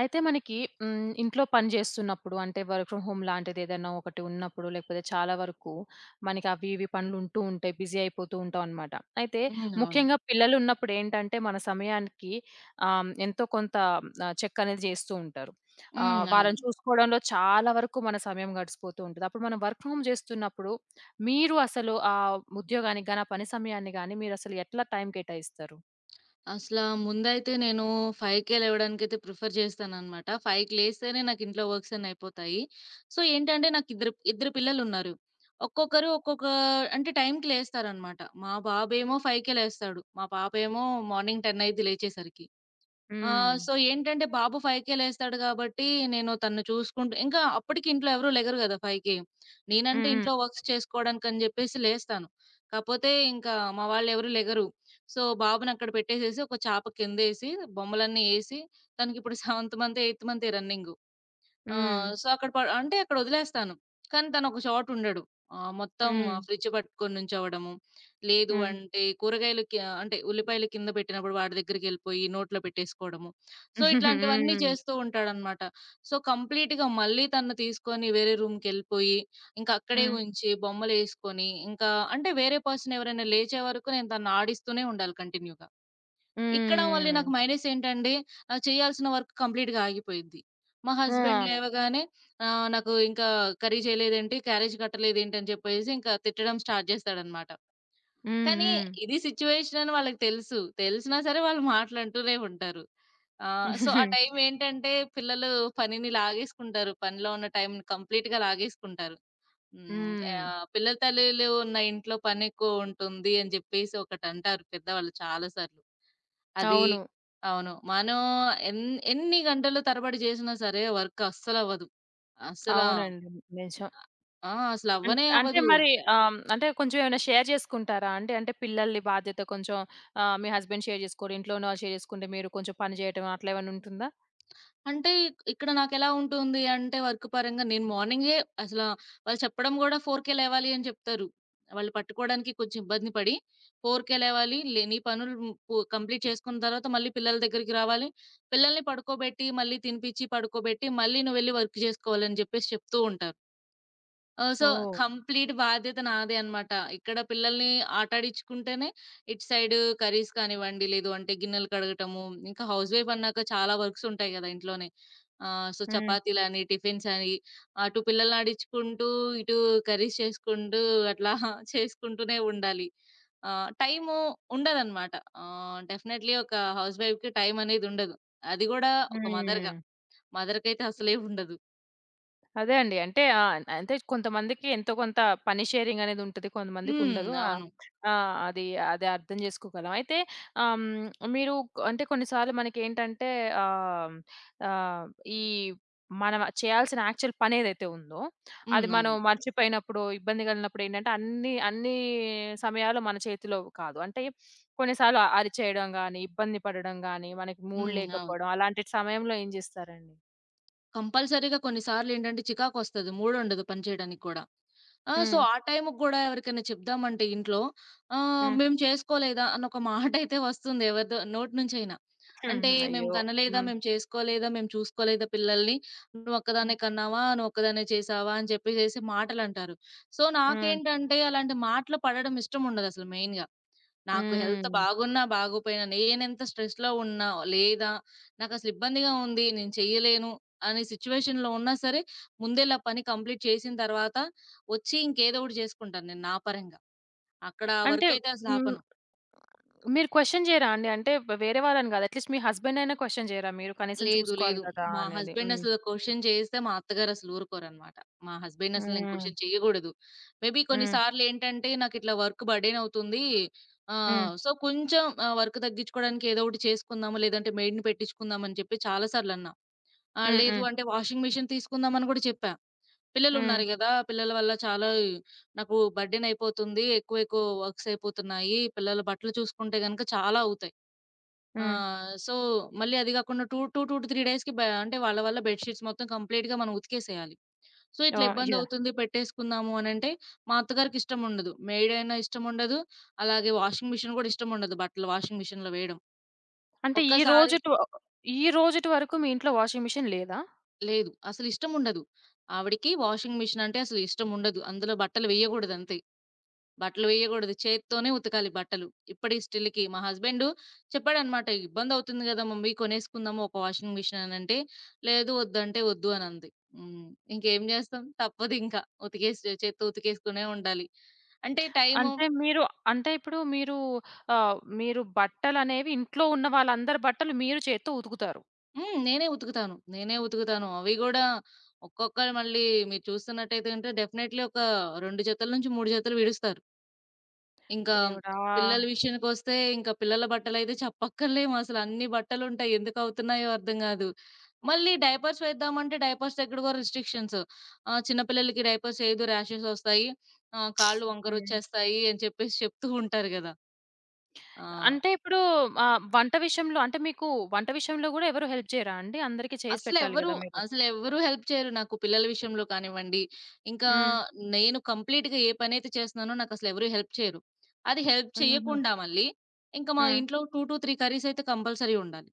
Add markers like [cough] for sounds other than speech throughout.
అయితే మనకి ఇంట్లో పని జేస్తున్నప్పుడు అంటే వర్క్ ఫ్రమ్ హోమ్ లాంటిదేదైనా ఒకటి ఉన్నప్పుడు, లేకపోతే చాలా వరకు మనకి అవి ఇవి పనులుంటూ ఉంటాయి. బిజీ అయిపోతూ ఉంటామనమాట. అయితే హ్మ్. అవును. ముఖ్యంగా పిల్లలున్నప్పుడేంటంటే మన సమయానికి ఎంతో కొంత చెక్ అనేది జేస్తూ ఉంటారు. హ్మ్. అవును. వాళ్ళని చూసుకోవడంలో చాలా వరకు మన సమయం గడిసిపోతూ ఉంటది. అప్పుడు మనం వర్క్ ఫ్రమ్ హోమ్ జేస్తున్నప్పుడు మీరు అసలు ఆ ఉద్యోగానికి గాని, ఆ పని సమయాన్ని గాని మీరసలు ఎట్లా టైం కేటాయిస్తారు? అసలా ముందైతే నేను 5కే లేవడానికైతే ప్రిఫర్ చేస్తాననమాట. 5కి లేస్తేనే నాకు ఇంట్లో వర్క్స్ అన్నీ అయిపోతాయి. సో, ఏంటంటే నాకు ఇద్దరు ఇద్దరు పిల్లలున్నారు. ఒక్కొక్కరు ఒక్కొక్క అంటే టైంకి లేస్తారనమాట. మా బాబేమో 5కే లేస్తాడు. మా పాపేమో మార్నింగ్ 10 అయిద్ది లేచేసరికి. ఆ! హ్మ్. సో, ఏంటంటే బాబు 5కే లేస్తాడు గాబట్టి, నేను తనను చూసుకుంటూ ఇంకా అప్పటికి ఇంట్లో ఎవరు లెగరు గదా! 5కి. నేనంటే హ్మ్. హ్మ్. ఇంట్లో వర్క్స్ చేసుకోవడానికని జెప్పేసి లేస్తాను. కాపోతే ఇంకా మా వాళ్ళెవరు లెగరు. సో, బాబునక్కడ పెట్టేసేసి, ఒక చాప కిందేసి, బొమ్మలన్నీ ఏసి, తనకిప్పుడు [laughs] సెవెంత్ మంతే, ఎయిత్ మంతే రన్నింగు. ఆ! హ్మ్. సో, అక్కడ ప అంటే అక్కడొదిలేస్తాను. కానీ తనొక చోట ఉండడు. మొత్తం హ్మ్. ఫ్రిడ్జ్ పట్టుకొని నుంచోవడము. లేదు హ్మ్. అంటే కూరగాయలు కి అంటే ఉల్లిపాయలు కింద పెట్టినప్పుడు వాడి దగ్గరికెళ్ళిపోయి నోట్లో పెట్టేసుకోవడము. సో, [laughs] ఇట్లాంటివన్నీ హ్మ్. చేస్తూ ఉంటాడనమాట. సో, కంప్లీట్‌గా మళ్ళీ తనను తీసుకొని వేరే రూమ్‌కెళ్ళిపోయి, ఇంకా అక్కడే హ్మ్. ఉంచి బొమ్మలేసుకొని, ఇంకా అంటే వేరే పర్సన్ ఎవరైనా లేచే వరకు నేను తనను ఆడిస్తూనే ఉండాలి కంటిన్యూ‌గా. ఇక్కడ మళ్ళీ హ్మ్. నాకు మైనస్ ఏంటండి, చేయాల్సిన వర్క్ కంప్లీట్‌గా ఆగిపోయిద్ది. మా హస్బెండ్ ఆ! లేవగానే నాకు ఇంకా కర్రీ చేయలేదేంటి, క్యారేజ్ కట్టలేదేంటి అని చెప్పేసి ఇంకా తిట్టడం స్టార్ట్ చేస్తాడన్నమాట. హ్మ్. కానీ హ్మ్. ఇది సిట్యుయేషన్ అని వాళ్ళకి తెలుసు. తెలిసినా సరే వాళ్ళు మాటలంటూనే ఉంటారు. సో, ఆ టైం హ్మ్. ఏంటంటే పిల్లలు పనిని లాగేసుకుంటారు. పనిలో ఉన్న టైంని కంప్లీట్‌గా లాగేసుకుంటారు. హ్మ్. [laughs] పిల్లల తల్లులు ఉన్న ఇంట్లో పనెక్కువ ఉంటుంది అని జెప్పేసి ఒకటంటారు పెద్దవాళ్ళు చాలా సార్లు. అది అవును. అవును. మనం ఎన్ ఎన్ని గంటలు తరబడి జేసినా సరే వర్క్ అస్సలవ్వదు. అస్సల అవునండి. నిజం. ఆ! అం అసలవ్వనే అంటే అవ్వదు. మరి అంటే కొంచెం ఏమైనా షేర్ చేసుకుంటారా అండి? అంటే పిల్లల్ని బాధ్యత కొంచెం మీ హస్బెండ్ షేర్ చేసుకోరు. ఇంట్లో ఉన్న వాళ్ళు షేర్ చేసుకుంటే మీరు కొంచెం పని చేయటం అట్లా ఏమైనా ఉంటుందా? అంటే ఇక్కడ నాకెలా ఉంటుంది అంటే వర్క్ పరంగా నేను మార్నింగే అసల వాళ్ళు చెప్పడం గూడా 4కే లేవాలి అని చెప్తారు. వాళ్ళు పట్టుకోవడానికి కొంచెం ఇబ్బంది పడి 4కే లేవాలి. లే నీ పనులు కంప్లీట్ చేసుకున్న తర్వాత మళ్ళీ పిల్లల దగ్గరికి రావాలి. పిల్లల్ని పడుకోబెట్టి, మళ్ళీ తినిపించి, పడుకోబెట్టి, మళ్ళీ నువ్వెళ్లి వర్క్ చేసుకోవాలని జెప్పేసి చెప్తూ ఉంటారు. ఆ! సో, ఓహ్! కంప్లీట్ బాధ్యత నాదే అనమాట. ఇక్కడ పిల్లల్ని ఆటాడిచ్చుకుంటేనే, ఇటు సైడు కర్రీస్ కానివ్వండి, లేదు అంటే గిన్నెలు కడగటము, ఇంకా హౌస్ వైఫ్ అన్నాక చాలా వర్క్స్ ఉంటాయి గదా! ఇంట్లోనే. సో, హ్మ్. చపాతీలని, టిఫిన్స్ అని, అటు పిల్లల్నాడిచ్చుకుంటూ, ఇటు కర్రీస్ చేసుకుంటూ, అట్లా [laughs] చేసుకుంటూనే ఉండాలి. టైము ఉండదనమాట. డెఫినైట్‌లీ ఒక హౌస్ వైఫ్‌కి టైమనేది ఉండదు. అది గూడా ఒక మదర్‌గా. హ్మ్. మదర్‌కైతే అసలే ఉండదు. అదే అండి. అంటే అంటే కొంతమందికి ఎంతో కొంత పని షేరింగ్ అనేది ఉంటది. హ్మ్. కొంతమందికుండదు. అవును. ఆ! ఆ, అది అది అర్థం జేసుకోగలం. అయితే మీరు అంటే కొన్నిసార్లు మనకేంటంటే ఆహ్, ఆహ్, ఈ మనం చేయాల్సిన యాక్చువల్ పనేదైతే ఉందో, హ్మ్. అది మనం అవును. మర్చిపోయినప్పుడు, ఇబ్బంది కలిగినప్పుడు ఏంటంటే అన్ని అన్ని సమయాలు మన చేతిలో కాదు. అంటే కొన్నిసార్లు అరిచేయడం గాని, ఇబ్బంది పడడం గాని, మనకి మూడ్ హ్మ్. అవును. లేకపోవడం అలాంటి సమయంలో ఏం జేస్తారండి? కంపల్సరీగా కొన్నిసార్లేంటంటే చికాకొస్తది. మూడుండదు పని చేయడానికి కూడా. ఆ! సో, హ్మ్. ఆ టైంకి గూడా ఎవరికైనా చెప్దామంటే ఇంట్లో హ్మ్. మేము చేసుకోలేదా అన్న ఒక మాటైతే వస్తుంది ఎవరిదో నోటి నుంచైనా. హ్మ్. అంటే మేము అయ్యో! కనలేదా, హ్మ్. మేము చేసుకోలేదా, మేము చూసుకోలేదా పిల్లల్ని, హ్మ్. నువ్వొక్కదాన్నే కన్నావా, నువ్వొక్కదాన్నే చేసావా అని చెప్పేసేసి మాటలంటారు. సో, హ్మ్. నాకేంటంటే అలాంటి మాటలు పడడం ఇష్టముండదసలు మెయిన్‌గా. నాకు హెల్త్ హ్మ్. బాగున్నా, బాగోపోయినా, నేనెంత స్ట్రెస్‌లో ఉన్నా, లేదా నాకసలు ఇబ్బందిగా ఉంది, నేను చెయ్యలేను అనే సిట్యుయేషన్‌లో ఉన్నా సరే, ముందెళ్ళి ఆ పని కంప్లీట్ చేసిన తర్వాత, వచ్చి ఇంకేదో ఒకటి చేసుకుంటాను నేను నా పరంగా. అక్కడ అంటే వర్కయితే అసలు హ్మ్. ఆపను. మీరు క్వెషన్ చేయరా అండి? అంటే వేరే వాళ్ళని కాదు. అట్‌లీస్ట్ మీ హస్బెండ్ అయినా క్వెషన్ చేయరా మీరు? కనీసం లేదు. చూసుకోవాలి లేదు. కదా! మా అనేది. హస్బెండ్ హ్మ్. అసలు క్వెషన్ చేస్తే మా అత్తగారు అసలు ఊరుకోరనమాట. మా హస్బెండ్‌ని అసలు నేను హ్మ్. క్వెషన్ చేయగూడదు. మేబీ కొన్ని హ్మ్. సార్లేంటంటే నాకిట్లా వర్క్ బర్డెన్ అవుతుంది. హ్మ్. సో, కొంచెం వర్క్ తగ్గించుకోవడానికి ఏదో ఒకటి చేసుకుందాము, లేదంటే మెయిడ్‌ని పెట్టించుకుందాం అని చెప్పి చాలా సార్లన్నా. హ్మ్. లేదు హ్మ్. అంటే వాషింగ్ మెషిన్ తీసుకుందామని గూడా చెప్పా. హ్మ్. పిల్లలున్నారు గదా! పిల్లల వల్ల చాలా నాకు బర్డెన్ అయిపోతుంది. ఎక్కువ ఎక్కువ వర్క్స్ అయిపోతున్నాయి. పిల్లల బట్టలు చూసుకుంటే గనుక చాలా అవుతాయి. ఆ! హ్మ్. సో, మళ్ళీ అది గాకుండా 2, 2-3 డేస్‌కి అంటే వాళ్ళ వల్ల బెడ్ షీట్స్ మొత్తం కంప్లీట్‌గా మనం ఉతికేసేయాలి. సో, ఇట్లా ఓహ్! యాహ్! ఇబ్బందవుతుంది పెట్టేసుకుందాము అనంటే, మా అత్తగారికిష్టం ఉండదు. మెయిడ్ అయినా ఇష్టముండదు, అలాగే వాషింగ్ మిషన్ గూడా ఇష్టముండదు బట్టలు వాషింగ్ మిషన్‌లో వేయడం. అంటే ఒక్కసారి ఈ రోజుటి వరకు మీ ఇంట్లో వాషింగ్ మిషన్ లేదా? లేదు. అసలిష్టముండదు. ఆవిడకి వాషింగ్ మిషన్ అంటే అసలు ఇష్టముండదు. అందులో బట్టలు వేయగూడదంతే. బట్టలు వేయగూడదు. చేత్తోనే ఉతకాలి బట్టలు. ఇప్పటి స్టిల్‌కి. మా హస్బెండు చెప్పాడనమాట. "ఇబ్బందవుతుంది గదా! మమ్మీ కొనేసుకుందాము ఒక వాషింగ్ మిషన్" అనంటే, "లేదు వద్దంటే వద్దు" అనంది. హ్మ్. ఇంకేం జేస్తాం? తప్పదింక. ఉతికేసి చేత్తో ఉతికేసుకునే ఉండాలి. అంటే టైము అంటే మీరు అంటే ఇప్పుడు మీరు మీరు బట్టలనేవి ఇంట్లో ఉన్న వాళ్ళందరి బట్టలు మీరు చేత్తో ఉతుకుతారు. హ్మ్. నేనే ఉతుకుతాను. నేనే ఉతుకుతాను. అవి గూడా ఒక్కొక్కరు మళ్ళీ మీరు చూస్తున్నట్టయితే గనుక డెఫినైట్‌లీ ఒక 2 జతల నుంచి 3 జతలు విడుస్తారు. ఇంకా దేవుడా! పిల్లల విషయానికొస్తే, ఇంకా పిల్లల బట్టలైతే చెప్పక్కర్లేము. అసలు అన్ని బట్టలుంటాయి. ఎందుకు అవుతున్నాయో అర్థం గాదు. మళ్ళీ డైపర్స్ వేద్దామంటే డైపర్స్ దగ్గర గూడా రిస్ట్రిక్షన్స్. చిన్న పిల్లలకి డైపర్స్ ఏయొద్దు ర్యాషెస్ ఒస్తాయి. కాళ్ళు హ్మ్. వంకరొచ్చేస్తాయి అని చెప్పేసి చెప్తూ ఉంటారు గదా! ఆ! అంటే ఇప్పుడు వంట విషయంలో అంటే మీకు వంట విషయంలో గూడా ఎవరు హెల్ప్ చేయరా అండి? అందరికీ చేసి పెట్టాలి అసలెవ్వరు గదా మీరు. అసలెవ్వరు హెల్ప్ చేయరు నాకు పిల్లల విషయంలో కానివ్వండి, ఇంకా హ్మ్. నేను కంప్లీట్‌గా ఏ పనైతే చేస్తున్నానో నాకసలెవరు హెల్ప్ చేయరు. అది హెల్ప్ హుహు. చేయకుండా మళ్ళీ ఇంకా మా హ్మ్. ఇంట్లో 2-3 కర్రీస్ అయితే కంపల్సరీ ఉండాలి.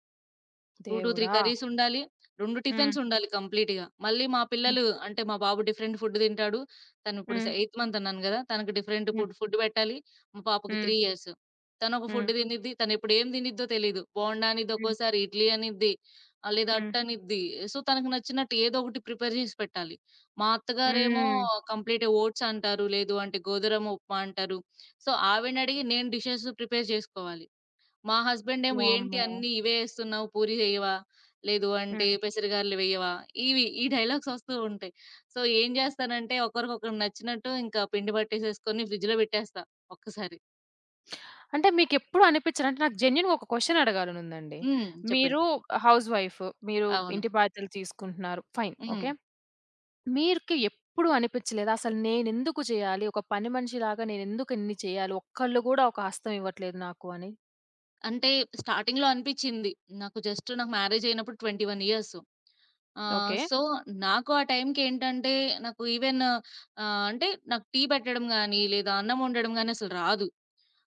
2, 2, 3 దేవుడా! కర్రీస్ ఉండాలి. 2 హ్మ్. టిఫిన్స్ ఉండాలి కంప్లీట్‌గా. మళ్ళీ మా హ్మ్. పిల్లలు అంటే మా బాబు డిఫరెంట్ ఫుడ్ తింటాడు. తను ఇప్పుడు హ్మ్. ఎయిత్ మంత్ అన్నాను గదా! తనకు డిఫరెంట్ హ్మ్. ఫుడ్ ఫుడ్ పెట్టాలి. మా పాపకి హ్మ్. 3 ఇయర్స్. తను ఒక హ్మ్. ఫుడ్ తినిద్ది. తను ఇప్పుడు ఏం తినిద్దో తెలీదు. బోండా అనిద్ది హ్మ్. ఒక్కోసారి, ఇడ్లీ అనిద్ది. లేదా హ్మ్. అట్టనిద్ది. సో, తనకు నచ్చినట్టు ఏదో ఒకటి ప్రిపేర్ చేసి పెట్టాలి. మా అత్తగారేమో హ్మ్. కంప్లీట్ ఓట్స్ అంటారు. లేదు అంటే గోధురమ ఉప్మా అంటారు. సో, ఆవిడనడిగి నేను డిషెస్ ప్రిపేర్ చేసుకోవాలి. మా హస్బెండేమో "ఏంటి వామ్మో! అన్నీ ఇవే ఏస్తున్నావు పూరి జేయవా? లేదు అంటే హ్మ్. పెసరగారెలు వెయ్యవా?" ఇవి ఈ డైలాగ్స్ వస్తూ ఉంటాయి. సో, ఏం జేస్తానంటే ఒకరికొకరు నచ్చినట్టు ఇంకా పిండి పట్టేసేసుకొని ఫ్రిడ్జ్‌లో పెట్టేస్తా ఒక్కసారి. అంటే మీకెప్పుడు అనిపిచ్చదా? అంటే నాకు జెన్యూన్‌గా ఒక క్వెషన్ అడగాలనుందండి. హ్మ్. చెప్పండి. మీరు హౌస్ వైఫ్. మీరు అవును. ఇంటి బాధ్యతలు తీసుకుంటున్నారు. ఫైన్. హ్మ్. ఓకే. మీకు ఎప్పుడు అనిపించలేదా? అసలు నేనెందుకు చేయాలి? ఒక పని మనిషిలాగా నేనెందుకు ఇన్ని చేయాలి? ఒక్కళ్ళు గూడా ఒక హస్తం ఇవ్వట్లేదు నాకు అని. అంటే స్టార్టింగ్‌లో అనిపిచ్చింది. జస్ట్ నాకు మ్యారేజ్ అయినప్పుడు 21 ఇయర్స్. ఓకే. సో, నాకు ఆ టైంకేంటంటే నాకు ఈవెన్ అంటే నాకు టీ పెట్టడం గాని, లేదా అన్నం వండడం గాని అసలు రాదు.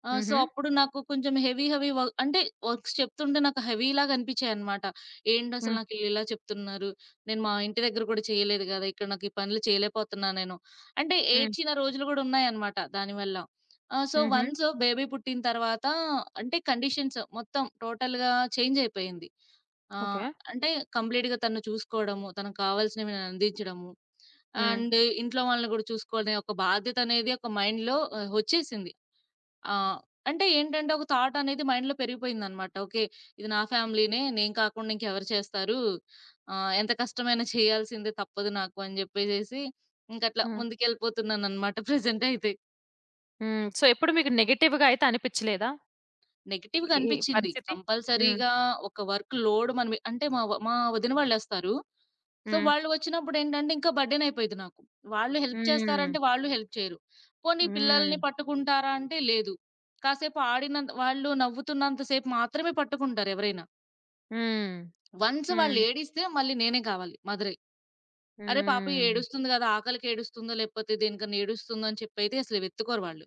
ఆ! సో, హుహు. అప్పుడు నాకు కొంచెం హెవీ హెవీ అంటే వర్క్స్ చెప్తుంటే నాకు హెవీలాగా అనిపించాయన్నమాట. ఏంటసలు హ్మ్. నాకు ఇలా ఇలా చెప్తున్నారు. నేను మా ఇంటి దగ్గర కూడా చేయలేదు గదా! ఇక్కడ నాకు ఈ పనులు చేయలేకపోతున్నా నేను. అంటే హ్మ్. ఏడ్చిన రోజులు గూడా ఉన్నాయన్నమాట దానివల్ల. ఆ! సో, హుహు. వన్స్ బేబీ పుట్టిన తర్వాత అంటే కండిషన్స్ మొత్తం టోటల్‌గా చేంజ్ అయిపోయింది. ఆ! ఓకే. అంటే కంప్లీట్‌గా తనను చూసుకోవడము, తనకు కావాల్సినవి నేను అందించడము. హ్మ్. అండ్ ఇంట్లో వాళ్ళని గూడా చూసుకునే ఒక బాధ్యత అనేది ఒక మైండ్‌లో వచ్చేసింది. ఆ! అంటే ఏంటంటే ఒక థాట్ అనేది మైండ్‌లో పెరిగిపోయిందనమాట. ఓకే. ఇది నా ఫ్యామిలీనే. నేను కాకుండా ఇంకెవరు చేస్తారు? ఎంత కష్టమైనా చేయాల్సిందే తప్పదు నాకు అని జెప్పేసేసి ఇంకట్లా హ్మ్. ముందుకెళ్ళిపోతున్నాననమాట [laughs] ప్రెజెంట్ అయితే. హ్మ్. సో, ఎప్పుడు మీకు నెగెటివ్‌గా అయితే అనిపిచ్చలేదా? నెగెటివ్‌గా ఈ ఈ అనిపిచ్చింది. పరిస్థితి? హ్మ్. కంపల్సరీగా ఒక వర్క్ లోడ్ మనమి అంటే మా వదిన వాళ్ళొస్తారు. సో, హ్మ్. వాళ్ళు వచ్చినప్పుడేంటంటే ఇంకా బర్డెన్ అయిపోయేది నాకు. వాళ్ళు హెల్ప్ హ్మ్. చేస్తారంటే వాళ్ళు హెల్ప్ చేయరు. పోనీ హ్మ్. పిల్లల్ని పట్టుకుంటారా అంటే లేదు. కాసేపు ఆడినంత వాళ్ళు నవ్వుతున్నంత సేపు మాత్రమే పట్టుకుంటారు ఎవరైనా. హ్మ్. వన్స్ వాళ్ళు హ్మ్. ఏడిస్తే మళ్ళీ నేనే కావాలి మదరే. అరే పాప హ్మ్. ఏడుస్తుంది గదా! ఆకలికి ఏడుస్తుందో లేకపోతే దేనికన్నా ఏడుస్తుందో అని చెప్పైతే అసలు వెతుక్కోరు వాళ్ళు.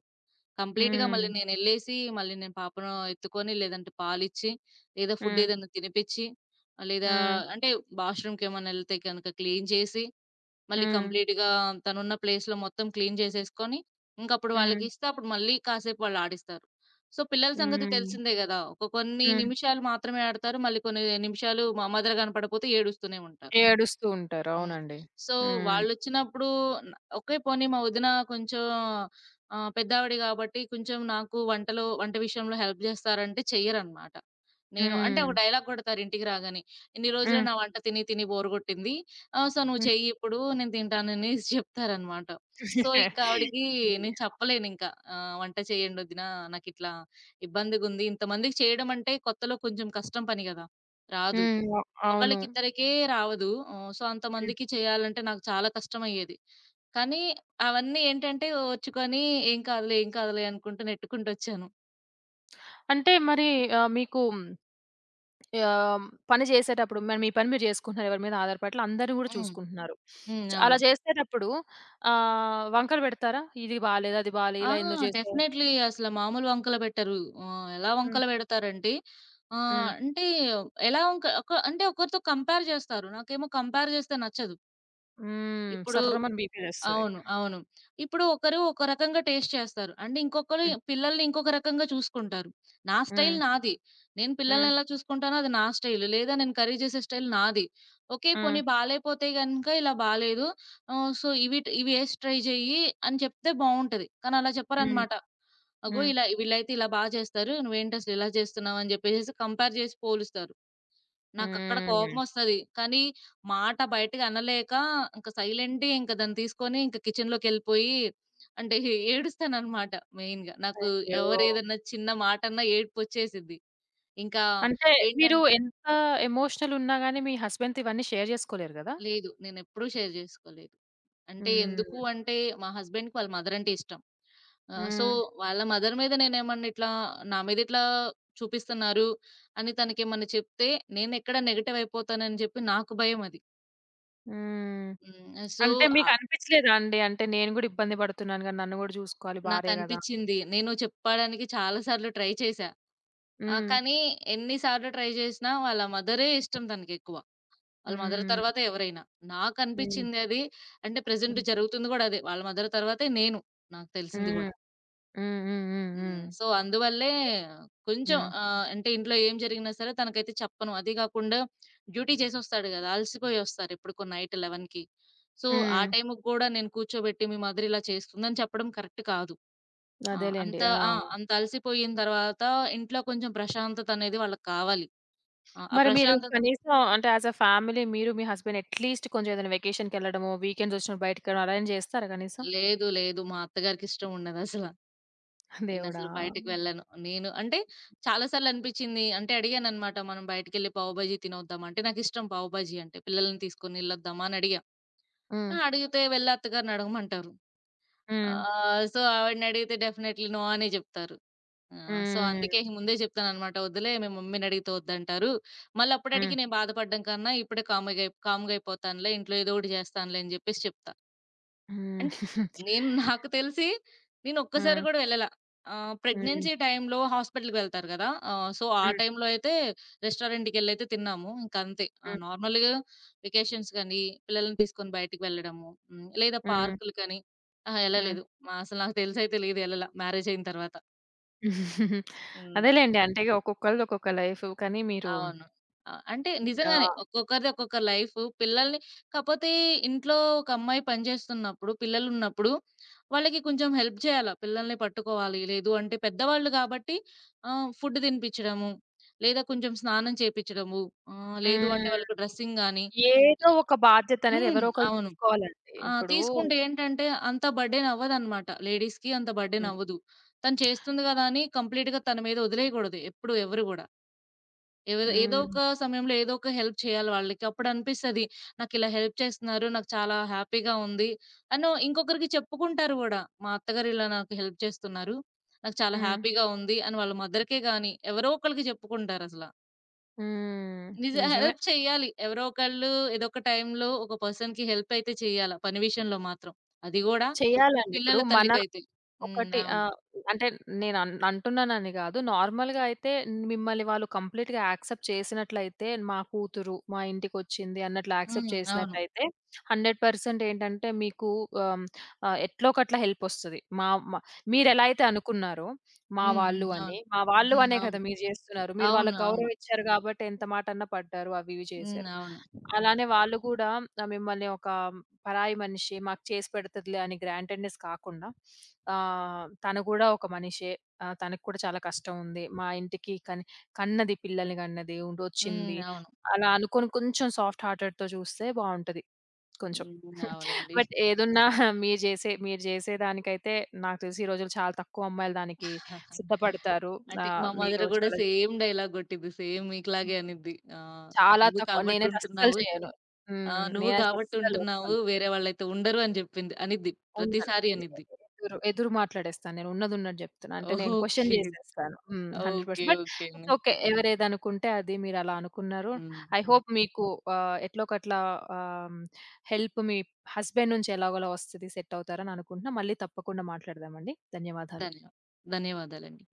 కంప్లీట్‌గా హ్మ్. మళ్ళీ నేనెళ్ళేసి, మళ్ళీ నేను పాపను ఎత్తుకొని, లేదంటే పాలిచ్చి, లేదా ఫుడ్ హ్మ్. ఏదైనా తినిపిచ్చి, లేదా హ్మ్. అంటే బాత్‌రూమ్‌కేమన్నా ఎళ్తే గనక క్లీన్ చేసి, మళ్ళీ హ్మ్. కంప్లీట్‌గా తనున్న ప్లేస్‌లో మొత్తం క్లీన్ చేసేసుకొని, ఇంకప్పుడు హ్మ్. వాళ్ళకిస్తే అప్పుడు మళ్ళీ కాసేపు వాళ్ళు ఆడిస్తారు. సో, పిల్లల సంగతి హ్మ్. తెలిసిందే గదా! ఒక కొన్ని హ్మ్. నిమిషాలు మాత్రమే ఆడతారు. మళ్ళీ కొన్ని నిమిషాలు మా మదర్ కనపడపోతే ఏడుస్తూనే ఉంటారు. ఏడుస్తూ ఉంటారు. హ్మ్. అవునండి. సో, హ్మ్. వాళ్ళొచ్చినప్పుడు న ఓకే. పోనీ మా వదిన కొంచెం పెద్దావిడ గాబట్టి కొంచెం నాకు వంటలో వంట విషయంలో హెల్ప్ జేస్తారంటే చెయ్యరనమాట. నేను అంటే ఒక హ్మ్. డైలాగ్ గొడతారు ఇంటికి రాగానే. ఇన్ని రోజులు హ్మ్. నా వంట తిని తిని బోర్ గొట్టింది. సో, నువ్వు హ్మ్. చెయ్యి ఇప్పుడు నేను తింటాననేసి జెప్తారనమాట. సో, ఇంక [laughs] ఆవిడకి నేను చెప్పలేనింకా. వంట చేయండి వదిన నాకిట్లా ఇబ్బందిగుంది. ఇంతమందికి చేయడం అంటే కొత్తలో కొంచెం కష్టం పని గదా! రాదు. హ్మ్. అవును. ఒకళ్ళకిద్దరికే రావదు. సో, హ్మ్. అంతమందికి చేయాలంటే నాకు చాలా కష్టమయ్యేది. కానీ అవన్నీ ఏంటంటే ఓర్చుకొని ఏం కాదులే, ఏం కాదులే అనుకుంటూ నెట్టుకుంటొచ్చాను. అంటే మరి మీకు ఆహ్, పని చేసేటప్పుడు మరి మీ పని మీరు చేసుకుంటున్నారు. ఎవరి మీద ఆధారపడట్లా. అందరూ గూడా హ్మ్. చూసుకుంటున్నారు. హ్మ్. అలా అవును. చేసేటప్పుడు వంకలు పెడతారా? ఇది బాలేదు, అది బాలే ఆ! ఇలా ఎందుకు చేసావు? డెఫినైట్‌లీ అసల మామూలు వంకలు పెట్టరు. ఎలా హ్మ్. వంకలు పెడతారంటే ఆహ్, హ్మ్. అంటే ఎలా వంక ఒక అంటే ఒకరితో కంపేర్ చేస్తారు. నాకేమో కంపేర్ చేస్తే నచ్చదు. హ్మ్. ఇప్పుడు సర్రమని బీపీ లేస్తది. అవును. అవును. ఇప్పుడు ఒకరు ఒక రకంగా టేస్ట్ చేస్తారు. అండ్ ఇంకొకరు హ్మ్. పిల్లల్ని ఇంకొక రకంగా చూసుకుంటారు. నా హ్మ్. స్టైల్ నాది. నేను పిల్లల్ని హ్మ్. ఎలా చూసుకుంటానో అది నా స్టైల్. లేదా నేను కర్రీ చేసే స్టైల్ నాది. ఓకే. హ్మ్. పోనీ బాలేపోతే గనుక ఇలా బాలేదు. సో, ఇవి ఇవి ఏసి ట్రై చెయ్యి అని చెప్తే బావుంటది. కానీ అలా హ్మ్. చెప్పరనమాట. అగో! హ్మ్. ఇలా వీళ్ళైతే ఇలా బా చేస్తారు. నువ్వేంటసలు ఇలా చేస్తున్నావు అని చెప్పేసేసి కంపేర్ చేసి పోలుస్తారు. నాకక్కడ హ్మ్. కోపమొస్తది. కానీ, మాట బయటకి అనలేక ఇంక సైలెంట్‌గా ఇంక దాన్ని తీసుకొని ఇంక కిచెన్‌లోకెళ్ళిపోయి అంటే ఏడుస్తాననమాట మెయిన్‌గా. నాకు అయ్యో! ఎవరేదన్నా చిన్న మాటన్నా ఏడుపొచ్చేసిద్ది. ఇంకా అంటే ఏంటం మీరు ఎంత ఎమోషనల్ ఉన్నా గాని మీ హస్బెండ్‌తో ఇవన్నీ షేర్ చేసుకోలేరు గదా! లేదు. నేనెప్పుడూ షేర్ జేసుకోలేదు. అంటే ఎందుకు హ్మ్. అంటే, మా హస్బెండ్‌కి వాళ్ళ మదరంటే ఇష్టం. సో, హ్మ్. వాళ్ళ మదర్ మీద నేనేమన్నా ఇట్లా నా మీద ఇట్లా చూపిస్తున్నారు అని తనకేమన్నా చెప్తే నేనెక్కడ నెగెటివ్ అయిపోతానని చెప్పి నాకు భయమది. హ్మ్. హ్మ్. సో అంటే మీకనిపిచ్చలేదా అండి? అంటే నేను గూడా ఇబ్బంది పడుతున్నాను గదా! నన్ను గూడా చూసుకోవాలి భార్య గదా! నాకనిపిచ్చింది. నేను చెప్పడానికి చాలా సార్లు ట్రై చేశా. ఆ! హ్మ్. కానీ ఎన్ని సార్లు ట్రై చేసినా వాళ్ళ మదరే ఇష్టం తనకెక్కువ. వాళ్ళ మదర్ హ్మ్. తర్వాతే ఎవరైనా. హ్మ్. నాకనిపిచ్చింది అది. అంటే ప్రెజెంట్ హ్మ్. జరుగుతుంది గూడా అదే. వాళ్ళ మదర్ తర్వాతే నేను. నాకు తెలిసింది హ్మ్. గూడా. హ్మ్. హ్మ్. హ్మ్. హ్మ్. హ్మ్. సో, అందువల్లే కొంచెం హ్మ్. అంటే ఇంట్లో ఏం జరిగినా సరే తనకైతే చెప్పను. అది గాకుండా డ్యూటీ చేసొస్తాడు గదా! అలసిపోయి ఒస్తారెప్పుడుకో నైట్ 11:00కి. సో, ఆ హ్మ్. టైంకి గూడా నేను కూర్చోబెట్టి మీ మదర్ ఇలా చేస్తుందని చెప్పడం కరెక్ట్ కాదు. ఆ! అదేలెండి. అంత ఆ! అలసిపోయిన తర్వాత ఇంట్లో కొంచెం ప్రశాంతత అనేది వాళ్ళకి కావాలి. ఆ! ఆ మరి మీరు ప్రశాంతత కనీసం అంటే యాస్ ఎ ఫ్యామిలీ మీరు, మీ హస్బెండ్ అట్‌లీస్ట్ కొంచెం ఏదైనా వెకేషన్‌కెళ్ళడమో, వీకెండ్స్ వచ్చినప్పుడు బయటికెళ్ళడం అలానే చేస్తారా కనీసం? లేదు. లేదు. మా అత్తగారికి ఇష్టం ఉండదసల. దేవుడా! నేనసలు బయటికి వెళ్ళను. నేను అంటే చాలా సార్లు అనిపిచ్చింది. అంటే అడిగాననమాట. మనం బయటికెళ్ళి పావు బాజీ తినొద్దామా అంటే నాకిష్టం పావు బాజీ అంటే. పిల్లల్ని తీసుకొని ఎళ్ళొద్దామా అని అడిగా. హ్మ్. ఆ! అడిగితే "వెళ్ళు అత్తగారిని అడగమంటారు." హ్మ్. సో, ఆవిడనడిగితే డెఫినైట్‌లీ నో అనే జెప్తారు. ఆ! సో, హ్మ్. అందుకే ముందే చెప్తాననమాట. "వద్దులే మీ మమ్మీనడిగితే వద్దంటారు. మళ్ళీ హ్మ్. అప్పుడడిగి నేను బాధపడడం కన్నా ఇప్పుడే కామ్‌గా అయిపోతానులే. ఇంట్లో ఏదో ఒకటి చేస్తానులే" అని చెప్పేసి చెప్తా. హ్మ్. అంటే [laughs] నేను నాకు తెలిసి నేను ఒక్కసారి హ్మ్. కూడా వెళ్ళలా. హ్మ్. ప్రెగ్నెన్సీ టైమ్‌లో హాస్పిటల్‌కి వెళ్తారు కదా! సో, ఆ హ్మ్. టైమ్‌లో అయితే రెస్టారెంట్‌కెళ్ళైతే తిన్నాము. ఇంకంతే. హ్మ్. నార్మల్‌గా వెకేషన్స్ కానీ, పిల్లల్ని తీసుకొని బయటికి వెళ్ళడము, హ్మ్, లేదా హ్మ్. పార్కులు కానీ అహా! హ్మ్. ఎళ్ళలేదు. మా అసలు నాకు తెలిసైతే లేదు ఎళ్ళలా మ్యారేజ్ అయిన తర్వాత. [laughs] హ్మ్. అదేలెండి. అంటే ఒక్కొక్కళ్ళది ఒక్కొక్క లైఫ్. కానీ మీరు అవును. ఆ! అంటే నిజంగానే ఆహ్, ఒక్కొక్కరిది ఒక్కొక్క లైఫ్. పిల్లల్ని కాపోతే ఇంట్లో ఒక అమ్మాయి పనిచేస్తున్నప్పుడు, పిల్లలున్నప్పుడు వాళ్ళకి కొంచెం హెల్ప్ చేయాల. పిల్లల్ని పట్టుకోవాలి. లేదు అంటే పెద్దవాళ్ళు కాబట్టి ఫుడ్ తినిపించడము, లేదా కొంచెం స్నానం చేపించడము, లేదు అంటే హ్మ్. వాళ్ళకి డ్రెస్సింగ్ గాని ఏదో ఒక బాధ్యత అనేది హ్మ్. ఎవరో ఒకళ్ళు అవును. తీసుకోవాలండి. ఆ! ఇప్పుడు తీసుకుంటే ఏంటంటే అంత బర్డెన్ అవ్వదన్నమాట. లేడీస్‌కి అంత బర్డెన్ హ్మ్. అవ్వదు. తను చేస్తుంది గదా! అని కంప్లీట్‌గా తన మీద వదిలేయకూడదు ఎప్పుడు ఎవరు గూడా. ఎవరో ఏదో హ్మ్. ఒక సమయంలో ఏదో ఒక హెల్ప్ చేయాలి వాళ్ళకి. అప్పుడనిపిస్తది నాకిలా హెల్ప్ చేస్తున్నారు. నాకు చాలా హ్యాపీగా ఉంది. అను ఇంకొకరికి చెప్పుకుంటారు గూడా. మా అత్తగారు ఇలా నాకు హెల్ప్ చేస్తున్నారు. నాకు చాలా హ్మ్. హ్యాపీగా ఉంది అని వాళ్ళ మదర్‌కే గాని ఎవరో ఒకళ్ళకి చెప్పుకుంటారసల. హ్మ్. నిజ నిజమే. హెల్ప్ చేయాలి. ఎవరో ఒకళ్ళు ఏదో ఒక టైంలో ఒక పర్సన్‌కి హెల్ప్ అయితే చేయాల. పని విషయంలో మాత్రం. అది గూడా చేయాలండి. ఇప్పుడు పిల్లల మన తల్లికైతే. హ్మ్. ఒకటి అవును. అంటే నేను అంటున్నానని గాదు. నార్మల్‌గా అయితే మిమ్మల్ని వాళ్ళు కంప్లీట్‌గా యాక్సెప్ట్ చేసినట్లయితే, మా కూతురు మా ఇంటికొచ్చింది అన్నట్లు హ్మ్. యాక్సెప్ట్ అవును. చేసినట్లయితే 100% ఏంటంటే మీకు ఆహ్, ఆహ్, ఎట్లో ఒకట్ల హెల్పొస్తది. మా మా మీరెలా అయితే అనుకున్నారో హ్మ్. హ్మ్. అవును. మా వాళ్ళు హ్మ్. అనే కదా! అవును. మీరు జేస్తున్నారు. మీరు అవును. వాళ్ళకి అవును. గౌరవం ఇచ్చారు గాబట్టి ఎంత మాటన్నా పడ్డారు. అవి ఇవి హ్మ్. చేశారు. అవును. అలానే వాళ్ళు గూడా మిమ్మల్ని ఒక పరాయి మనిషి మాకు చేసి పెడతదిలే అని గ్రాంటెడ్‌నెస్ కాకుండా తను కూడా ఒక మనిషే. తనకి కూడా చాలా కష్టం ఉంది. మా ఇంటికి కన్నది పిల్లల్ని కన్నది, హ్మ్. ఉండొచ్చింది. అవును. అలా అనుకోని కొంచెం సాఫ్ట్ హార్టెడ్‌తో చూస్తే బావుంటది కొంచెం. హ్మ్. [laughs] అవునండి. బట్ ఏదున్నా మీరు చేసే దానికైతే నాకు తెలిసి ఈ రోజుల్లో చాలా తక్కువ అమ్మాయిలు దానికి సిద్ధపడతారు. అంటే మా మదర్ మీరు గూడా చాలా సేమ్ డైలాగ్ గొట్టిద్ది. సేమ్ మీకులాగే అనిద్ది. చాలా "నువ్వు తక్కువ కాబట్టి నేనైతే అస్సలు ఉంటున్నావు. చేయను. ఆ! హ్మ్. నువ్వు నేనైతే కాబట్టి అస్సలు ఉంటున్నావు. అస్సలు. వేరే వాళ్ళైతే ఉండరు" అని జెప్పింది అనిద్ది. ఉన్నాను. ప్రతిసారి అనిద్ది. ఎదురు మాట్లాడేస్తాను. నేను ఉన్నదున్నట్టు జెప్తున్నా. అంటే నేను క్వెషన్ ఓకే. జేసేస్తాను. హ్మ్. ఓకే. 100% బట్ ఓకే అండి. It's okay. ఎవరేదనుకుంటే అది మీరలా అనుకున్నారు. హ్మ్. ఐ హోప్ మీకు ఎట్లోకట్లా ఆహ్, హెల్ప్ మీ హస్బెండ్ నుంచి ఎలాగోలా వస్తది. సెట్ అవుతారని అనుకుంటున్నా. మళ్ళీ తప్పకుండా మాట్లాడదామండి. ధన్యవాదాలు. ధన్య ధన్యవాదాలండి.